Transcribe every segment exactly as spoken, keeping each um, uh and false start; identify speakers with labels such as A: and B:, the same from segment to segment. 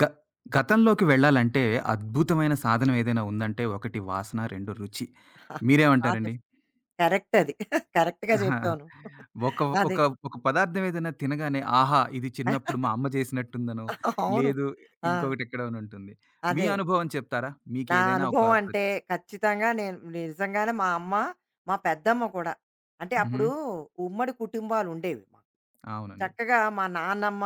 A: గ గతంలోకి వెళ్ళాలంటే అద్భుతమైన సాధనం ఏదైనా ఉందంటే ఒకటి వాసన, రెండు రుచి.
B: బా
A: మీరేమంటారండి?
B: చెప్ కరెక్ట్ అది. కరెక్ట్‌గా
A: ఆహా.
B: చెప్పావు నువ్వు.
A: ఒక
B: అదే.
A: ఒక ఒక పదార్థం ఏదైనా తినగానే, ఆహా! ఇది చిన్నప్పుడు మా అమ్మ చేసినట్టుందనో,
B: అవును.
A: లేదు
B: ఆ!
A: ఇంకొకటి ఎక్కడోనో ఉంటుంది. మీ
B: అదే.
A: అనుభవం చెప్తారా?
B: నా
A: మీకేదైనా ఒక
B: అనుభవం
A: ప్రత్
B: అంటే ఖచ్చితంగా నేను నిజంగానే మా అమ్మ, మా పెద్దమ్మ కూడా. అంటే
A: హుహు.
B: అప్పుడు ఉమ్మడి కుటుంబాలుండేవి.
A: అవునండి.
B: చక్కగా మా నాన్నమ్మ,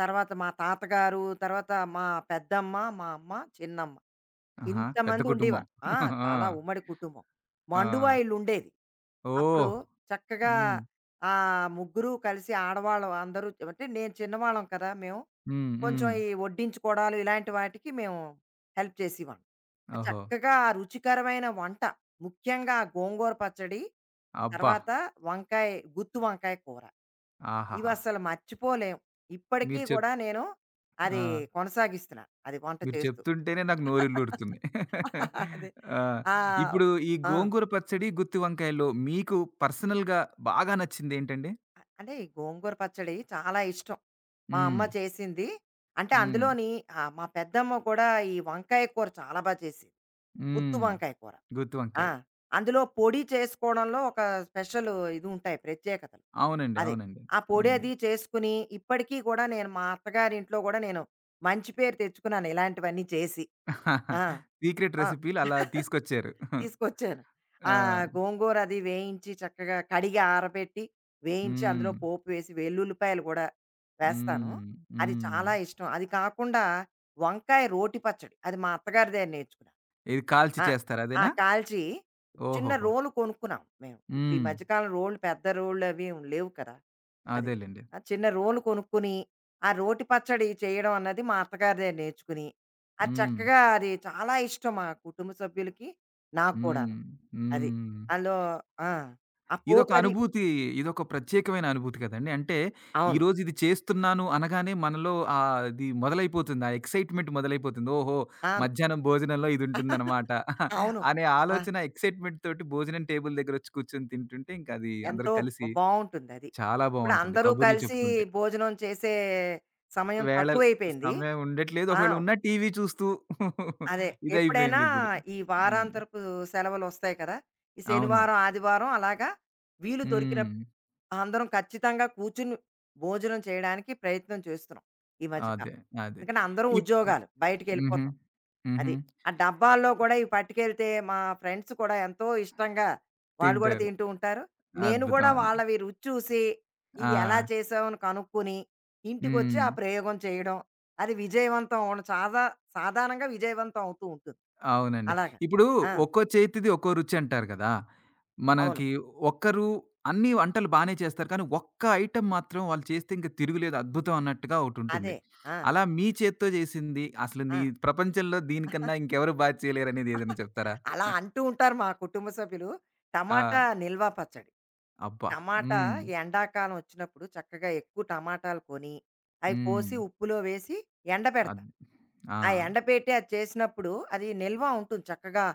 B: తర్వాత మా తాతగారు, తర్వాత మా పెద్దమ్మ, మా అమ్మ, చిన్నమ్మ.
A: ఆహా! పెద్ద
B: ఇంతమంది
A: కుటుంబం.
B: ఉండేవారు. ఆ!
A: ఆ!
B: చాలా ఉమ్మడి కుటుంబం.
A: ఆ!
B: మండువా ఇల్లుండేది. అప్పుడు
A: ఓహ్!
B: చక్కగా
A: హ్మ్.
B: ఆ ముగ్గురు కలిసి ఆడవాళ్ళం అందరూ అంటే నేను చిన్నవాళ్ళం కదా! మేము.
A: హ్మ్.
B: కొంచెం
A: హ్మ్.
B: ఈ వడ్డించుకోవడాలు ఇలాంటి వాటికి మేము హెల్ప్ చేసేవాళ్ళం. ఆ
A: ఓహో!
B: చక్కగా ఆ రుచికరమైన వంట ముఖ్యంగా ఆ గోంగూర పచ్చడి,
A: అబ్బా!
B: తర్వాత వంకాయ గుత్తు వంకాయ కూర. ఇవి
A: ఆహాహా!
B: అస్సలు మర్చిపోలేం. ఇప్పటికీ
A: మీరు చెప్
B: కూడా నేను అది
A: ఆ!
B: కొనసాగిస్తున్నాను. అది వంట
A: మీరు
B: చేస్తూ.
A: చెప్తుంటేనే నాకు నోరిల్లూరుతుంది.
B: అదే.
A: ఆ!
B: ఆ!
A: ఇప్పుడు ఈ
B: ఆ!
A: గోంగూర పచ్చడి, గుత్తి వంకాయలో మీకు పర్సనల్‌గా బాగా నచ్చిందేంటండి?
B: అ- అంటే ఈ గోంగూర పచ్చడి చాలా ఇష్టం మా అమ్మ
A: హ్మ్.
B: చేసింది అంటే
A: హ్మ్.
B: అందులోని ఆ, మా పెద్దమ్మ కూడా ఈ వంకాయ కూర చాలా బాగా చేసింది గుత్తు
A: హ్మ్.
B: వంకాయ కూర
A: గుత్తి
B: ఆ,
A: వంకాయ.
B: అందులో పొడి చేసుకోవడంలో ఒక స్పెషల్ ఇది ఉంటాయి ప్రత్యేకతలు
A: అవునండి.
B: అదే
A: అవునండి.
B: ఆ పొడి
A: హ్మ్.
B: అది చేసుకుని ఇప్పటికీ కూడా నేను మా అత్తగారి ఇంట్లో కూడా నేను మంచి పేరు తెచ్చుకున్నాను ఇలాంటివన్నీ చేసి ఆ,
A: సీక్రెట్
B: ఆ.
A: రెసిపీలు అలా తీసుకొచ్చారు.
B: తీసుకొచ్చాను. ఆ
A: ఆ!
B: గోంగూర అది వేయించి చక్కగా కడిగి ఆరబెట్టి, వేయించి అందులో
A: హ్మ్.
B: పోపు వేసి వెల్లుల్లిపాయలు గూడా వేస్తాను.
A: హ్మ్.
B: అది
A: హ్మ్.
B: చాలా ఇష్టం. అది కాకుండా వంకాయ రోటి పచ్చడి. అది మా అత్తగారి దగ్గర నేర్చుకున్నాను.
A: ఇది కాల్చి
B: ఆ!
A: చేస్తారా
B: ఆ!
A: అదేనా?
B: కాల్చి చిన్న
A: ఓహోహో!
B: రోలు కొనుక్కున్నాం మేము. ఇప్పుడు ఈ
A: హ్మ్.
B: మధ్య కాలం రోళ్ళు పెద్ద రోళ్ళు అవి ఏం లేవు కదా! అది.
A: అదేలెండి.
B: ఆ చిన్న రోలు కొనుక్కొని, ఆ రోటి పచ్చడి చేయడం అన్నది మా అత్తగారి దగ్గర నేర్చుకుని, అది
A: హ్మ్.
B: చక్కగా అది చాలా ఇష్టం మా కుటుంబ సభ్యులకి. నాకు కూడాను.
A: హ్మ్.
B: అది.
A: హ్మ్.
B: అందులో ఆ! ఆ
A: ఇదొక
B: పోపది
A: అనుభూతి. ఇదొక ప్రత్యేకమైన అనుభూతి కదండీ. అంటే
B: అవును.
A: ఈరోజు ఇది చేస్తున్నాను అనగానే మనలో ఆహ్, అది మొదలైపోతుంది. ఆ ఎక్సైట్‌మెంట్ మొదలైపోతుంది. ఓహో!
B: అవును.
A: మధ్యాహ్నం భోజనంలో ఇదుంటుందనమాట
B: అవును.
A: అనే
B: ఆ!
A: ఆలోచన ఎక్సైట్‌మెంట్ తోటి భోజనం టేబుల్ దగ్గరొచ్చి కూర్చొని తింటుంటే ఇంక అది అందరూ
B: ఎంతో
A: కలిసి
B: బావుంటుందది.
A: చాలా
B: ఇప్పుడు
A: బావుంటుంది.
B: అందరూ
A: కబుర్లు
B: కలిసి
A: చెప్పుకుంటే.
B: భోజనం చేసే సమయం
A: వేళలు
B: తక్కువైపోయింది.
A: సమయం ఉండట్లేదు.
B: ఆ!
A: ఒకవేళ ఉన్నా టీవీ చూస్తూ
B: అదే. ఎప్పుడైనా
A: ఇదైపోయిందిప్పుడు.
B: ఈ
A: హ్మ్.
B: వారాంతరపు సెలవులొస్తాయి కదా! ఈ
A: అవును.
B: శనివారం, ఆదివారం అలాగా వీలు
A: హ్మ్.
B: దొరికినప్పుడు అందరం ఖచ్చితంగా కూర్చుని భోజనం చేయడానికి ప్రయత్నం చేస్తున్నాం ఈ
A: అదే.
B: మధ్యకాలం.
A: అదే.
B: ఎందుకంటే అందరం
A: ఇప్
B: ఉద్యోగాలు
A: హుహు.
B: బయటికెళ్ళిపోతాం.
A: హుహు.
B: అది. ఆ డబ్బాల్లో కూడా ఇవి పట్టుకెళ్తే మా ఫ్రెండ్స్ కూడా ఎంతో ఇష్టంగా వాళ్ళు కూడా
A: తింటారు.
B: తింటూ ఉంటారు. నేను
A: అద్భుతం.
B: కూడా
A: అద్
B: వాళ్ళవి రుచి చూసి
A: ఆ!
B: ఇది ఎలా చేసామని కనుక్కొని ఇంటికొచ్చి
A: హ్మ్.
B: ఆ ప్రయోగం చేయడం. అది విజయవంతం అవ్వడం సాదా సాధారణంగా విజయవంతం అవుతూ ఉంటుంది.
A: అవునండి.
B: అలాగా.
A: ఇప్పుడు
B: ఆ!
A: ఒక్కో చేతిది ఒక్కో రుచి అంటారు కదా!
B: అవును.
A: మనకి ఒక్కరు అన్ని వంటలు బానే చేస్తారు. కానీ ఒక్క ఐటెమ్ మాత్రం వాళ్ళు చేస్తే ఇంక తిరుగులేదు అద్భుతం అన్నట్టుగా ఒకటుంటుంది.
B: అదే. ఆ!
A: అలా మీ చేత్తో చేసింది అసలు
B: ఆ!
A: నీ ప్రపంచంలో దీనికన్నా ఇంకెవరు బాగా చేయలేరనేది ఏదైనా చెప్తారా?
B: అలా అంటూ ఉంటారు మా కుటుంబ సభ్యులు.
A: ఆ!
B: టమాటా నిల్వ పచ్చడి.
A: అబ్బా!
B: టమాటా
A: హ్మ్.
B: ఎండాకాలం వచ్చినప్పుడు చక్కగా ఎక్కువ టమాటాలు కొని, అవి
A: హ్మ్.
B: కోసి ఉప్పులో వేసి ఎండబెడతా.
A: అద్ ఆ!
B: ఆ ఎండబెట్టి అది చేసినప్పుడు అది నిల్వ ఉంటుంది చక్కగా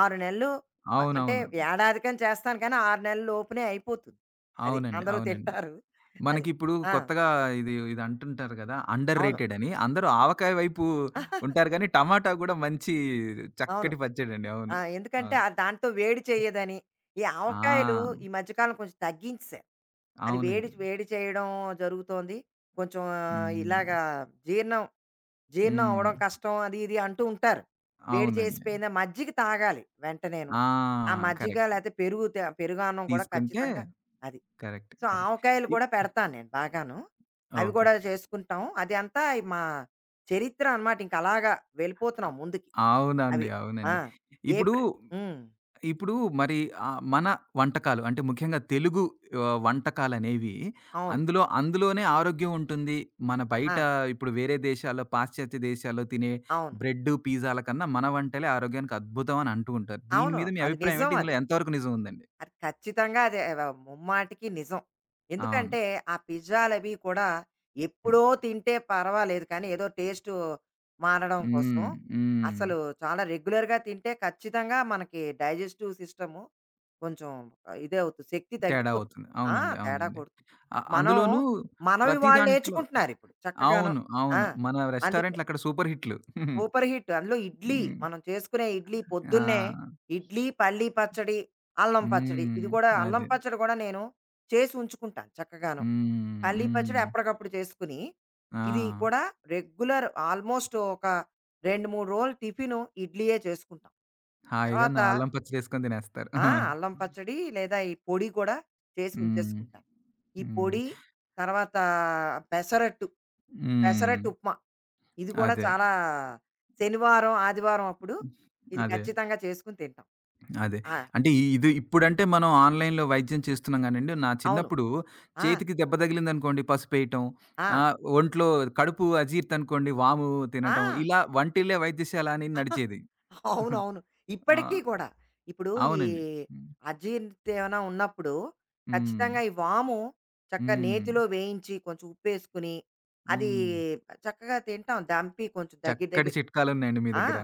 B: ఆరు నెలలు అ అంటే
A: అవునవును.
B: ఏడాదికని చేస్తాను కానీ ఆరు నెలల లోపునే అయిపోతుంది. అది
A: అవునండి.
B: అందరూ
A: అవునండి.
B: తింటారు. అది.
A: మనకిప్పుడు
B: ఆ!
A: కొత్తగా ఇది ఇది అంటుంటారు కదా! అండర్
B: అవును.
A: రేటెడ్ అని. అందరూ ఆవకాయ వైపు ఉంటారు గానీ, టమాటా గూడా మంచి
B: అవును.
A: చక్కటి పచ్చడండి.
B: ఆ!
A: అవును.
B: ఎందుకంటే
A: అవును.
B: ఆహ్, దాంతో వేడి చేయదని. ఈ ఆవకాయలు
A: ఆ!
B: ఈ మధ్య కాలం కొంచెం తగ్గించేశారు. అది వేడి
A: అవునండి.
B: వేడి చేయడం జరుగుతోంది. కొంచెం ఆహ్,
A: హ్మ్.
B: ఇలాగా జీర్ణం జీర్ణం
A: హ్మ్.
B: అవ్వడం కష్టం అది ఇది అంటూ ఉంటారు. వేడి
A: అవునండి.
B: చేసిపోయిందా మజ్జిగ తాగాలి వెంటనేను.
A: ఆ!
B: ఆ మజ్జిగ
A: కరెక్ట్.
B: లేతే పెరుగు తే పెరుగన్నం కూడా
A: తీసుకుంటే
B: ఖచ్చితంగా అది.
A: కరెక్ట్.
B: So,
A: correct.
B: ఆవకాయలు కూడా
A: ఇప్
B: పెడతాను నేను బాగాను. అవి
A: ఓకే.
B: కూడా చేసుకుంటాం. అది అంతా ఈ మా చరిత్ర అన్నమాట. ఇంక అలాగా
A: అ
B: వెళ్ళిపోతున్నాం ముందుకి.
A: అవునండి.
B: అవి. ఆ!
A: అవునండి. ఇప్పుడు
B: ఏప్రిల్ హ్మ్.
A: ఇప్పుడు మరి ఆహ్, మన వంటకాలు అంటే ముఖ్యంగా తెలుగు ఆహ్, వంటకాలనేవి
B: అవును.
A: అందులో అందులోనే ఆరోగ్యం ఉంటుంది. మన బయట
B: ఆ!
A: ఇప్పుడు వేరే దేశాల్లో, పాశ్చాత్య దేశాల్లో తినే
B: అవును.
A: బ్రెడ్డు, పిజ్జాల కన్నా మన వంటలే ఆరోగ్యానికి అద్భుతం అని అంటూ ఉంటారు. దీని
B: అవును.
A: మీద మీ
B: అది
A: అభిప్రాయం
B: నిజం
A: ఏంటి? ఇందులో
B: అది.
A: ఎంతవరకు నిజం ఉందండి?
B: అది ఖచ్చితంగా అదే వ ముమ్మాటికి నిజం.
A: అవును.
B: ఎందుకంటే, ఆ పిజ్జాలవి కూడా
A: హ్మ్.
B: ఎప్పుడో తింటే పర్వాలేదు కానీ, ఏదో టేస్టు మారడం కోసం,
A: హ్మ్. హ్మ్.
B: అసలు చాలా రెగ్యులర్‌గా తింటే ఖచ్చితంగా మనకి డైజెస్టివ్ సిస్టము కొంచెం ఇదే అవుతుంది. శక్తి
A: తేడా
B: తగ్గిపోతుంది.
A: అవుతుంది.
B: ఆ!
A: అవునండి.
B: తేడా
A: అవునండి.
B: కొడుతుంది.
A: అ
B: మనం
A: అందులోనూ
B: మనవి
A: ప్రతి
B: వాళ్ళు
A: దాంట్లో
B: నేర్చుకుంటున్నారిప్పుడు చక్కగాను.
A: అవును.
B: ఆ!
A: అవును. మన
B: అందుకే
A: రెస్టారెంట్‌లక్కడ సూపర్ హిట్‌లు.
B: Super hit. అందులో ఇడ్లీ,
A: హ్మ్.
B: మనం చేసుకునే ఇడ్లీ
A: ఆ!
B: పొద్దున్నే ఇడ్లీ, పల్లీ పచ్చడి, అల్లం పచ్చడి. ఇది
A: హ్మ్.
B: కూడా అల్లం
A: అదే.
B: పచ్చడి కూడా నేను చేసి ఉంచుకుంటాను చక్కగాను.
A: హ్మ్.
B: పల్లీ పచ్చడి
A: హ్మ్.
B: ఎప్పటికప్పుడు చేసుకుని,
A: ఆ!
B: ఇది కూడా రెగ్యులర్ ఆల్మోస్ట్ ఒక రెండు, మూడు రోజులు టిఫిను ఇడ్లీయే చేసుకుంటాం.
A: హాయిగా
B: తర్వాత
A: నా అల్లం పచ్చడేసుకొని తినేస్తారు.
B: ఆ!
A: ఆ!
B: అల్లం పచ్చడి లేదా ఈ పొడి కూడా చేసి
A: హ్మ్.
B: ఉంచేసుకుంటాను. ఈ
A: హ్మ్.
B: పొడి, తర్వాత పెసరట్టు,
A: హ్మ్.
B: పెసరట్టు ఉప్మా. ఇది కూడా
A: అదే.
B: చాలా శనివారం, ఆదివారం అప్పుడు ఇది
A: అదే.
B: ఖచ్చితంగా చేసుకొని తింటాం.
A: అదే.
B: ఆ!
A: అంటే ఇ ఇది ఇప్పుడంటే మనం ఆన్‌లైన్‌లో వైద్యం చేస్తున్నాం గానండి, నా
B: అవును.
A: చిన్నప్పుడు
B: ఆ!
A: చేతికి దెబ్బ తగిలిందనుకోండి పసుపేయటం,
B: ఆ!
A: ఆహ్, ఒంట్లో కడుపు అజీర్తి అనుకోండి వాము తినటం,
B: ఆ!
A: ఇలా వంటిల్లే వైద్యశాల అని నడిచేది.
B: అవునవును.
A: ఆ!
B: ఇప్పటికీ కూడా. ఇప్పుడు ఈ
A: అవునండి. హ్మ్.
B: అజీర్ణత ఏమైనా ఉన్నప్పుడు
A: హ్మ్.
B: ఖచ్చితంగా ఈ వాము చక్కగా
A: హ్మ్.
B: నేతిలో వేయించి కొంచెం ఉప్పేసుకుని, అది
A: హ్మ్.
B: చక్కగా తింటాం. దంపి కొంచెం దగ్గర
A: చక్కటి
B: దగ్గర
A: చిట్కాలున్నాయండి మీ
B: ఆ!
A: దగ్గర.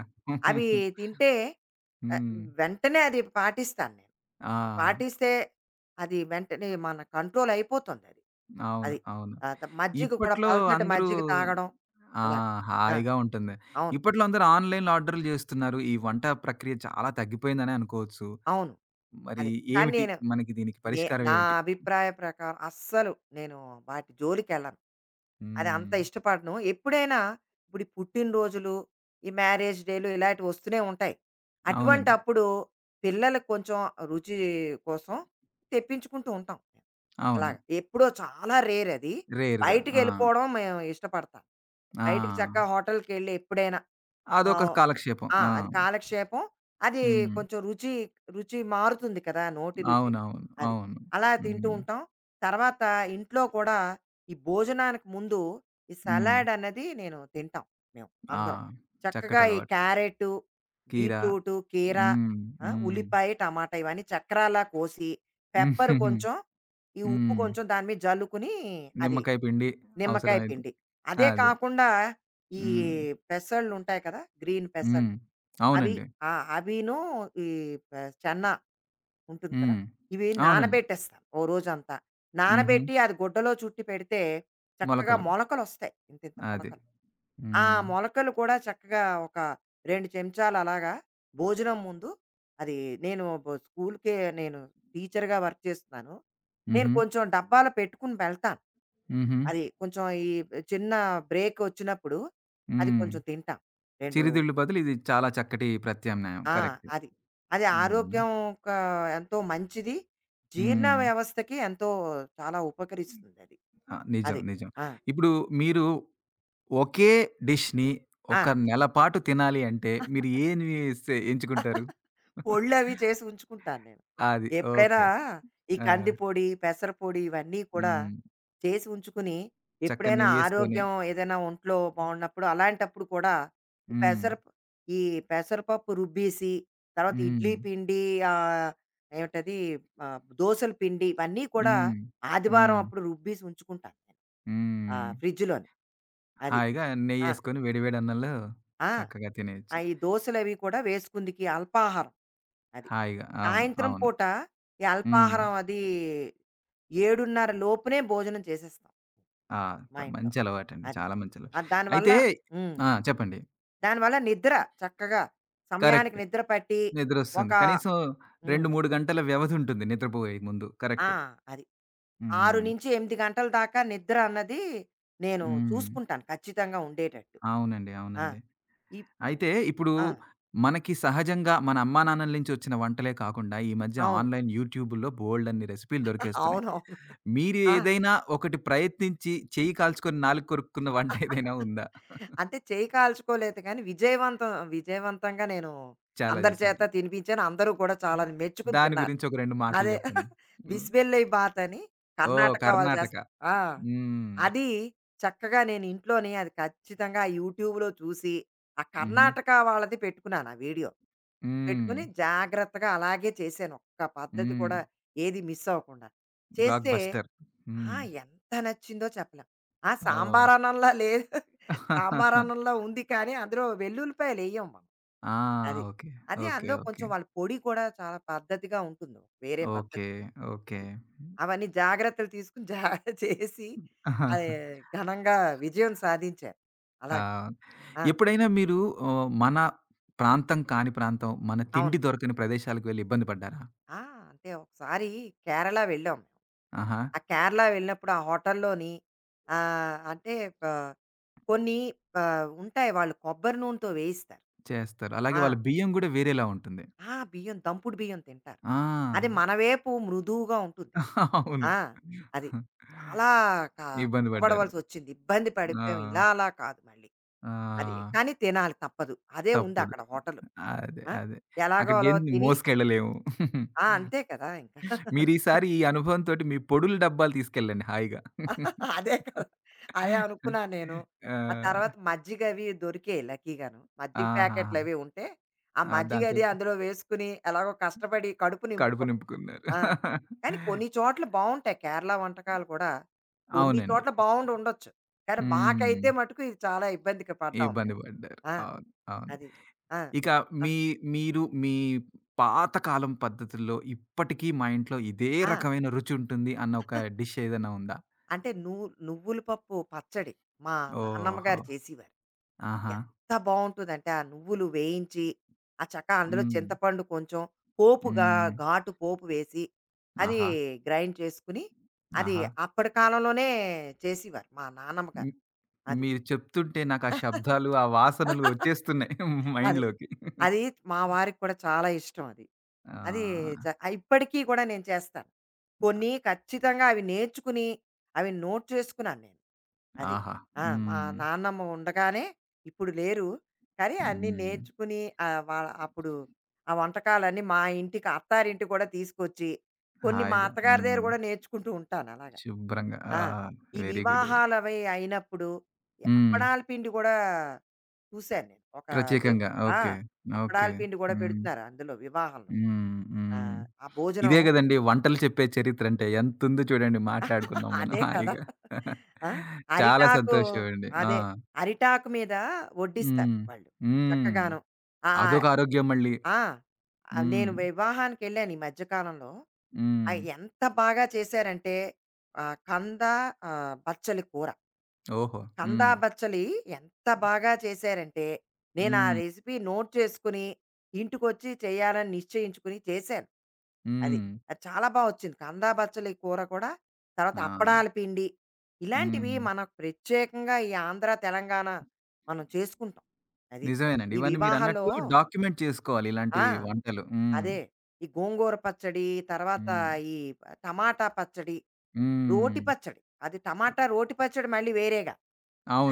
B: అవి తింటే ఆహ్,
A: హ్మ్.
B: వెంటనే అది పాటిస్తాను నేను.
A: ఆ!
B: పాటిస్తే అది వెంటనే మన కంట్రోల్ అయిపోతుందది.
A: అవును.
B: అది.
A: అవును.
B: ఆ! త మజ్జిగ కూడా
A: ఇప్పట్లో
B: పల్చటి
A: అందరూ
B: మజ్జిగ తాగడం.
A: ఆ!
B: అలాగా. ఆ!
A: హాయిగా ఉంటుంది.
B: అవును.
A: ఇప్పట్లో అందరూ ఆన్‌లైన్‌లో ఆర్డర్‌లు జేస్తున్నారు. ఈ వంట ప్రక్రియ చాలా తగ్గిపోయిందనే అనుకోవచ్చు.
B: అవును.
A: మరి
B: అది. కానీ
A: ఏమిటి
B: నేను
A: మనకి దీనికి
B: నే
A: పరిష్కారం
B: నా
A: ఏమిటి?
B: అభిప్రాయ ప్రకారం అస్సలు నేను వాటి జోలికెళ్ళను. అది అంత
A: హ్మ్.
B: ఇష్టపడను. ఎప్పుడైనా ఇప్పుడు ఈ పుట్టినరోజులు, ఈ మ్యారేజ్ డేలు ఇలాంటివి వస్తూనే ఉంటాయి.
A: అవునండి.
B: అటువంటప్పుడు పిల్లలకు కొంచెం రుచి కోసం తెప్పించుకుంటూ ఉంటాం.
A: అవును.
B: అలాగా. ఎప్పుడో చాలా రేర్ అది.
A: రేర్‌గా. ఆ!
B: బయటికెళ్ళిపోవడం మేము ఇష్టపడతాం.
A: ఆ!
B: బయటికి చక్కగా హోటల్‌కెళ్ళి ఎప్పుడైనా. ఆ!
A: అదొక కాలక్షేపం.
B: ఆ!
A: ఆ!
B: అది కాలక్షేపం. అది
A: హ్మ్.
B: కొంచెం రుచి, రుచి మారుతుంది కదా! నోటి రుచి.
A: అవునవును.
B: అది.
A: అవును.
B: అలా తింటూ
A: హ్మ్.
B: ఉంటాం. తర్వాత ఇంట్లో కూడా ఈ భోజనానికి ముందు ఈ
A: హ్మ్.
B: సలాడ్ అన్నది నేను తింటాం మేము
A: ఆ!
B: అందరం. చక్కగా ఈ
A: చక్కటలవాటు.
B: క్యారెటు,
A: కీర
B: బీట్రూటు, కీర,
A: హ్మ్.
B: ఆ!
A: హ్మ్.
B: ఉల్లిపాయ, టమాటా ఇవన్నీ చక్రాల్లా కోసి, పెప్పర్ కొంచెం, ఈ ఉప్పు
A: హ్మ్.
B: కొంచెం దాని మీద జల్లుకుని అది
A: నిమ్మకాయ పిండి
B: నిమ్మకాయ
A: అవసరమైతే.
B: పిండి. అదే
A: అది.
B: కాకుండా ఈ
A: హ్మ్.
B: పెసళ్ళుంటాయి కదా! గ్రీన్
A: హ్మ్.
B: పెసళ్ళు. అవి
A: అవునండి.
B: ఆ! అవిను ఈ ప చెన్నా ఉంటుంది కదా!
A: హ్మ్.
B: ఇవి
A: అవునండి.
B: నానబెట్టేస్తాను ఓ రోజంతా.
A: హుహు.
B: నానబెట్టి అది గుడ్డలో చుట్టి పెడితే చక్కగా
A: మొలకలు.
B: మొలకలొస్తాయి. ఇంతింత
A: అది.
B: మొలకలు. ఆ
A: హ్మ్.
B: మొలకలు కూడా చక్కగా ఒక రెండు చెంచాలు అలాగా భోజనం ముందు అది నేను బ స్కూలుకే నేను టీచర్‌గా వర్క్ చేస్తున్నాను. నేను
A: హుహు.
B: కొంచెం డబ్బాలో పెట్టుకుని వెళ్తాను.
A: హుహు.
B: అది కొంచెం ఈ చిన్న బ్రేకొచ్చినప్పుడు అది
A: హ్మ్.
B: కొంచెం తింటాం. రెండు
A: చిరుతిళ్ళు బదులు ఇది చాలా చక్కటి ప్రత్యామ్నాయం.
B: ఆ!
A: కరెక్ట్.
B: అది. అది
A: హ్మ్.
B: ఆరోగ్యం ఒక ఎంతో మంచిది. జీర్ణ
A: హ్మ్.
B: వ్యవస్థకి ఎంతో చాలా ఉపకరిస్తుందది.
A: ఆ! నిజం.
B: అది. అది
A: నిజం.
B: ఆ!
A: ఇప్పుడు మీరు ఒకే డిష్‌ని
B: ఆ!
A: ఒక నెల పాటు తినాలి అంటే మీరు ఏమి సే ఎంచుకుంటారు?
B: పొళ్ళవి చేసి ఉంచుకుంటాను నేను.
A: అది.
B: ఎప్పుడైనా
A: ఓకే.
B: ఈ
A: ఆ!
B: కంది పొడి, పెసర పొడి ఇవన్నీ కూడా
A: హ్మ్.
B: చేసి ఉంచుకుని,
A: చక్కని
B: ఎప్పుడైనా
A: నెయ్యేసుకొని.
B: ఆరోగ్యం ఏదైనా ఒంట్లో బాగున్నప్పుడు అలాంటప్పుడు కూడా ఈ
A: హ్మ్.
B: పెసర ప్ ఈ పెసరపప్పు రుబ్బేసి, తర్వాత ఇడ్లీ
A: హ్మ్.
B: పిండి ఆహ్, ఏమిటది ఆహ్, దోసల పిండి ఇవన్నీ కూడా
A: హ్మ్.
B: ఆదివారం
A: హ్మ్.
B: అప్పుడు రుబ్బేసి ఉంచుకుంటాను నేను. ఆ!
A: హ్మ్.
B: ఫ్రిడ్జ్‌లోని. అది.
A: హాయిగా
B: ఆ!
A: నెయ్యేసుకొని వేడి వేడి అన్నంలో
B: ఆ!
A: చక్కగా
B: ఆ!
A: తినేయొచ్చు.
B: ఈ దోసలవి కూడా వేసుకుందికి అల్పాహారం. అది.
A: హాయిగా. అవును.
B: సాయంత్రం
A: అవును.
B: పూట ఈ
A: హ్మ్.
B: అల్పాహారం అది ఏడున్నర లోపునే భోజనం చేసేస్తాం
A: ఆ! ప
B: మా ఇంట్లో.
A: మంచి అలవాటండి.
B: అది.
A: చాలా మంచి
B: ఆ!
A: అలవాటు.
B: దానివల్ల
A: అయితే
B: హ్మ్.
A: ఆ! చెప్పండి.
B: దానివల్ల నిద్ర చక్కగా సమయానికి
A: కరెక్ట్.
B: నిద్ర పట్టి ఒక
A: నిద్రొస్తుంది. కనీసం రెండు,
B: హ్మ్.
A: మూడు గంటల వ్యవధుంటుంది నిద్రపోయే ముందు.
B: ఆ!
A: కరెక్ట్.
B: అది.
A: హ్మ్.
B: ఆరు నుండి ఎనిమిది గంటల దాకా నిద్ర అన్నది నేను
A: హ్మ్.
B: చూసుకుంటాను ఖచ్చితంగా ఉండేటట్టు.
A: అవునండి.
B: ఆ!
A: అవునండి.
B: ఇప్
A: అయితే ఇప్పుడు
B: ఆ!
A: మనకి సహజంగా మన అమ్మానాన్నల నుంచి వచ్చిన వంటలే కాకుండా ఈ మధ్య
B: అవును.
A: ఆన్‌లైన్ యూట్యూబుల్లో బోలెడన్ని రెసిపీలు దొరికేస్తున్నాయి.
B: అవునవును.
A: మీరు
B: ఆ!
A: ఏదైనా ఒకటి ప్రయత్నించి చెయ్యి కాల్చుకొని నాలుక కొరుక్కున్న వంట ఏదైనా ఉందా?
B: అంటే చేయి కాల్చుకోలేదు కానీ విజయవంతం విజయవంతంగా నేను
A: చాలా
B: అందరి చేత
A: చేసుంటారు.
B: తినిపించాను. అందరూ కూడా చాలా మెచ్చుకుని
A: దాని
B: తిన్నారు.
A: గురించి ఒక రెండు మాటలు
B: అదే
A: చెప్పండి. హ్మ్.
B: బిస్బెల్లై బాత్ అని
A: ఓహ్!
B: కర్ణాటక వాళ్ళు
A: కర్ణాటక.
B: చేస్తారు. ఆ!
A: హ్మ్.
B: అది చక్కగా నేను ఇంట్లోనే అది ఖచ్చితంగా యూట్యూబ్‌లో చూసి, ఆ
A: హుహు.
B: కర్ణాటక వాళ్ళది పెట్టుకున్నాను ఆ వీడియో.
A: హ్మ్.
B: పెట్టుకొని జాగ్రత్తగా అలాగే చేశాను. ఒక్క పద్ధతి
A: హ్మ్.
B: కూడా ఏది మిస్ అవ్వకుండా.
A: బ్లాక్
B: చేస్తే
A: బస్టర్.
B: ఆ!
A: హ్మ్.
B: ఎంత నచ్చిందో చెప్పలేం. ఆ!
A: ఓహ్!
B: సాంబారన్నంలా లేదు. సాంబారన్నంలా ఉంది కానీ, అందులో వెల్లుల్లిపాయలెయ్యం మనం.
A: ఆ!
B: అది.
A: ఓకే.
B: అది
A: ఓకే.
B: అందులో
A: ఓకే.
B: కొంచెం వాళ్ళ పొడి కూడా చాలా పద్ధతిగా ఉంటుంది. వేరే
A: ఓకే.
B: పద్ధతి.
A: ఓకే.
B: అది. అవన్నీ జాగ్రత్తలు తీసుకొని జా చేసి అది
A: ఆహాహా.
B: ఘనంగా విజయం సాధించారు.
A: ఆ!
B: అలాగ. ఆ!
A: ఎప్పుడైనా మీరు ఆహ్, మన ప్రాంతం కాని ప్రాంతం, మన తిండి
B: అవును.
A: దొరకని ప్రదేశాలకు వెళ్లి ఇబ్బంది పడ్డారా?
B: ఆ! అంటే ఒకసారి కేరళ వెళ్ళాం.
A: ఆహా!
B: ఆ కేరళ వెళ్ళినప్పుడు ఆ హోటల్లోని ఆహ్, అంటే ఆహ్, కొన్ని ఆహ్, ఉంటాయి వాళ్ళు కొబ్బరి నూనెతో వేయిస్తారు.
A: చేస్తారు. అలాగే
B: ఆ!
A: వాళ్ళ బియ్యం గూడా వేరేలా ఉంటుంది.
B: ఆ! బియ్యం దంపుడు బియ్యం తింటారు. అది
A: ఆ!
B: మన వైపు మృదువుగా ఉంటుంది.
A: అవును.
B: ఆ! అది. చాలా క
A: ఇబ్బంది పడ్డారు.
B: కష్టపడవలసొచ్చింది. ఇబ్బంది
A: ఆ!
B: పడిపోయాం. ఇలా అలా కాదు మళ్ళీ. అది.
A: ఆ!
B: కానీ తినాలి తప్పదు. అదే
A: తప్పదు.
B: ఉందక్కడ హోటలు.
A: అదే.
B: ఆ!
A: అదే.
B: ఎలాగో అలా
A: అక్కడికేం
B: తిని
A: మోసుకెళ్ళలేము.
B: ఆ! అంతే కదా! ఇంకా.
A: మీరీసారి ఈ అనుభవంతోటి మీ పొడులు డబ్బాలు తీసుకెళ్ళండి హాయిగా.
B: అదే కదా! అదే అనుకున్నాను నేను. ఆ
A: ఆ!
B: తర్వాత మజ్జిగవి దొరికేయి లక్కీగాను. మజ్జిగ
A: ఆహా!
B: ప్యాకెట్లవి ఉంటే, ఆ
A: ఆ! దాంతో
B: మజ్జిగది అందులో వేసుకుని ఎలాగో కష్టపడి కడుపు
A: కడుపు
B: నింపుకున్నాం.
A: నింపుకున్నారు.
B: ఆ! కానీ కొన్ని చోట్ల బావుంటాయి. కేరళ వంటకాలు కూడా కొన్ని
A: అవునండి.
B: చోట్ల బావుండుండొచ్చు. కానీ
A: హ్మ్.
B: మాకైతే మటుకు ఇది చాలా ఇబ్బందికి పడ్డాం
A: ఇబ్బంది
B: మేము.
A: పడ్డారు.
B: ఆ!
A: అవును. అవును.
B: అది. ఆ!
A: ఇక
B: ఆ!
A: మీ మీరు మీ పాతకాలం పద్ధతుల్లో ఇప్పటికీ మా ఇంట్లో ఇదే
B: ఆ!
A: రకమైన రుచి ఉంటుంది అన్న ఒక డిష్ ఏదైనా ఉందా?
B: అంటే నువ్వు నువ్వుల పప్పు పచ్చడి మా నాన్నమ్మ
A: ఓహో!
B: గారు చేసేవారు.
A: ఆహా!
B: ఎంత బావుంటుందంటే, ఆ నువ్వులు వేయించి, ఆ చక్కా అందులో
A: హ్మ్.
B: చింతపండు కొంచెం పోపుగా
A: హ్మ్.
B: ఘాటు పోపు వేసి, అది
A: ఆహా!
B: గ్రైండ్ చేసుకుని, అది
A: ఆహా!
B: అప్పటి కాలంలోనే చేసేవారు మా నాన్నమ్మ గారు.
A: హ్మ్.
B: అది.
A: మీరు చెప్తుంటే నాకు ఆ శబ్దాలు, ఆ వాసనలు వచ్చేస్తున్నాయి
B: అది.
A: మైండ్‌లోకి.
B: అది మా వారికి కూడా చాలా ఇష్టం అది. అది చ
A: ఆ!
B: ఆ ఇప్పటికీ కూడా నేను చేస్తాను. కొన్ని ఖచ్చితంగా అవి నేర్చుకుని, అవి నోట్ చేసుకున్నాను నేను. అది.
A: ఆహా!
B: ఆ! మా
A: హ్మ్.
B: నాన్నమ్మ ఉండగానే ఇప్పుడు లేరు. కానీ అన్నీ
A: హ్మ్.
B: నేర్చుకుని ఆహ్, వా అప్పుడు ఆ వంటకాలన్నీ మా ఇంటికి అత్తారింటికి కూడా తీసుకొచ్చి, కొన్ని మా
A: హాయిగా.
B: అత్తగారి దగ్గర
A: హ్మ్.
B: కూడా నేర్చుకుంటూ ఉంటాను అలాగా.
A: శుభ్రంగా. ఆ!
B: ఆ! ఈ
A: వెరీ గుడ్. వెరీ
B: వివాహాలవి అయినప్పుడు, ఈ
A: హ్మ్.
B: అప్పడాల పిండి కూడా చూశాను నేను. ఒక వే
A: ప్రత్యేకంగా.
B: ఆ!
A: ఓకే. ఓకే.
B: అప్పడాల పిండి గూడా
A: హ్మ్.
B: పెడుతున్నారా అందులో వివాహంలో?
A: హ్మ్.
B: ఆ!
A: హ్మ్.
B: ఆ భోజనం
A: ఇదే గదండీ వంటలు చెప్పే చరిత్రంటే. ఎంతుందో చూడండి మాట్లాడుకున్నాం మనం
B: అదే కదా!
A: హాయిగా.
B: ఆ!
A: చాలా
B: అరిటాకు
A: సంతోషం అండి. ఆ!
B: అదే. అరిటాకు మీద వడ్డిస్తారు
A: హ్మ్.
B: వాళ్ళు.
A: హ్మ్.
B: చక్కగాను. ఆ!
A: అదొక ఆరోగ్యం మళ్ళీ.
B: ఆ! ఆ!
A: హ్మ్.
B: నేను వివాహానికెళ్ళాను ఈ మధ్య కాలంలో.
A: హ్మ్.
B: ఆహ్, ఎంత బాగా చేశారంటే ఆహ్, కంద ఆహ్, బచ్చలి కూర.
A: ఓహో!
B: కందా
A: హ్మ్.
B: బచ్చలి ఎంత బాగా చేశారంటే, నేను ఆ
A: హ్మ్.
B: రెసిపీ నోట్ చేసుకొని, ఇంటికొచ్చి చేయాలని నిశ్చయించుకొని చేశాను. అది.
A: హ్మ్.
B: అది చాలా బా వచ్చింది. కందా బచ్చలి కూర కూడా, తర్వాత
A: ఆ!
B: అప్పడాల పిండి, ఇలాంటివి
A: హ్మ్.
B: మనకు ప్రత్యేకంగా ఈ ఆంధ్ర, తెలంగాణ మనం చేసుకుంటాం. అది.
A: నిజమేనండి.
B: ఈ
A: ఇవన్నీ
B: వివాహాల్లో
A: మీరన్నట్టు డాక్యుమెంట్ చేసుకోవాలి ఇలాంటి
B: ఆ!
A: వంటలు. హ్మ్.
B: అదే. ఈ గోంగూర పచ్చడి, తర్వాత
A: హ్మ్.
B: ఈ టమాటా పచ్చడి,
A: హ్మ్.
B: రోటి పచ్చడి. అది టమాటా రోటి పచ్చడి మళ్ళీ వేరేగా.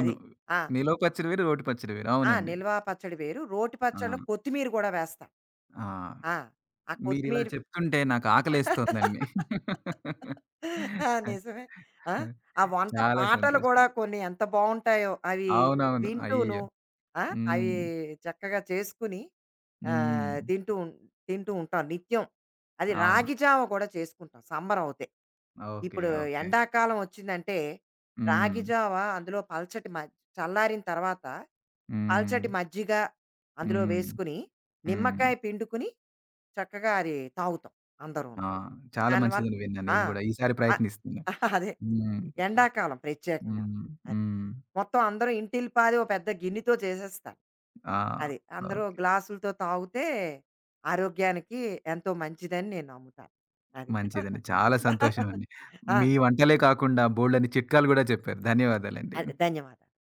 B: అది. ఆ!
A: మీలో పచ్చడి వేరు, రోటి పచ్చడి వేరు.
B: ఆ!
A: అవునండి.
B: నిల్వ పచ్చడి వేరు. రోటి
A: ఆ!
B: పచ్చడిలో కొత్తిమీర గూడా వేస్తాం.
A: ఆ!
B: ఆ! ఆ
A: మీరిలా
B: కొత్తిమీర
A: చెప్తుంటే నాకు ఆకలేస్తోందండి.
B: ఆ! నిజమే. ఆ! ఆ వంట
A: చాలా
B: పాటలు
A: సంతోషం.
B: గూడా కొన్ని ఎంత బావుంటాయో అవి
A: అవునవును.
B: వింటూను.
A: అయ్యయ్యో!
B: ఆ! అవి
A: హ్మ్.
B: చక్కగా చేసుకుని
A: హ్మ్.
B: ఆహ్, తింటూ ఉం తింటూ ఉంటాం నిత్యం. అది
A: అవును.
B: రాగి జావ కూడా చేసుకుంటాం సంబరవుతే.
A: ఓకే.
B: ఇప్పుడు
A: ఓకే.
B: ఎండాకాలం వచ్చిందంటే
A: హ్మ్.
B: రాగి జావ అందులో పల్చటి మ చల్లారిన తర్వాత
A: హ్మ్.
B: పల్చటి మజ్జిగ అందులో
A: హ్మ్.
B: వేసుకుని,
A: హ్మ్.
B: నిమ్మకాయ పిండుకుని చక్కగా అది తాగుతాం అందరూను.
A: ఆ! చాలా
B: దానివల్ల
A: మంచిదని విన్నాను
B: ఆ!
A: నేను గూడా. ఈసారి
B: అ
A: ప్రయత్నిస్తున్నా.
B: అదే.
A: హ్మ్.
B: ఎండాకాలం ప్రత్యేకంగా.
A: హ్మ్.
B: అది.
A: హ్మ్.
B: మొత్తం అందరూ ఇంటిల్లిపాది ఓ పెద్ద గిన్నెతో చేసేస్తారు.
A: ఆ!
B: అది. అందరూ
A: ఓకే.
B: గ్లాసులతో తాగితే ఆరోగ్యానికి ఎంతో మంచిదని నేను నమ్ముతాను. అది.
A: మంచిదండి. చాలా సంతోషమండి.
B: ఆ!
A: మీ వంటలే కాకుండా బోలెడన్ని చిట్కాలు గూడా చెప్పారు. ధన్యవాదాలండి.
B: అద్ ధన్యవాదాలు.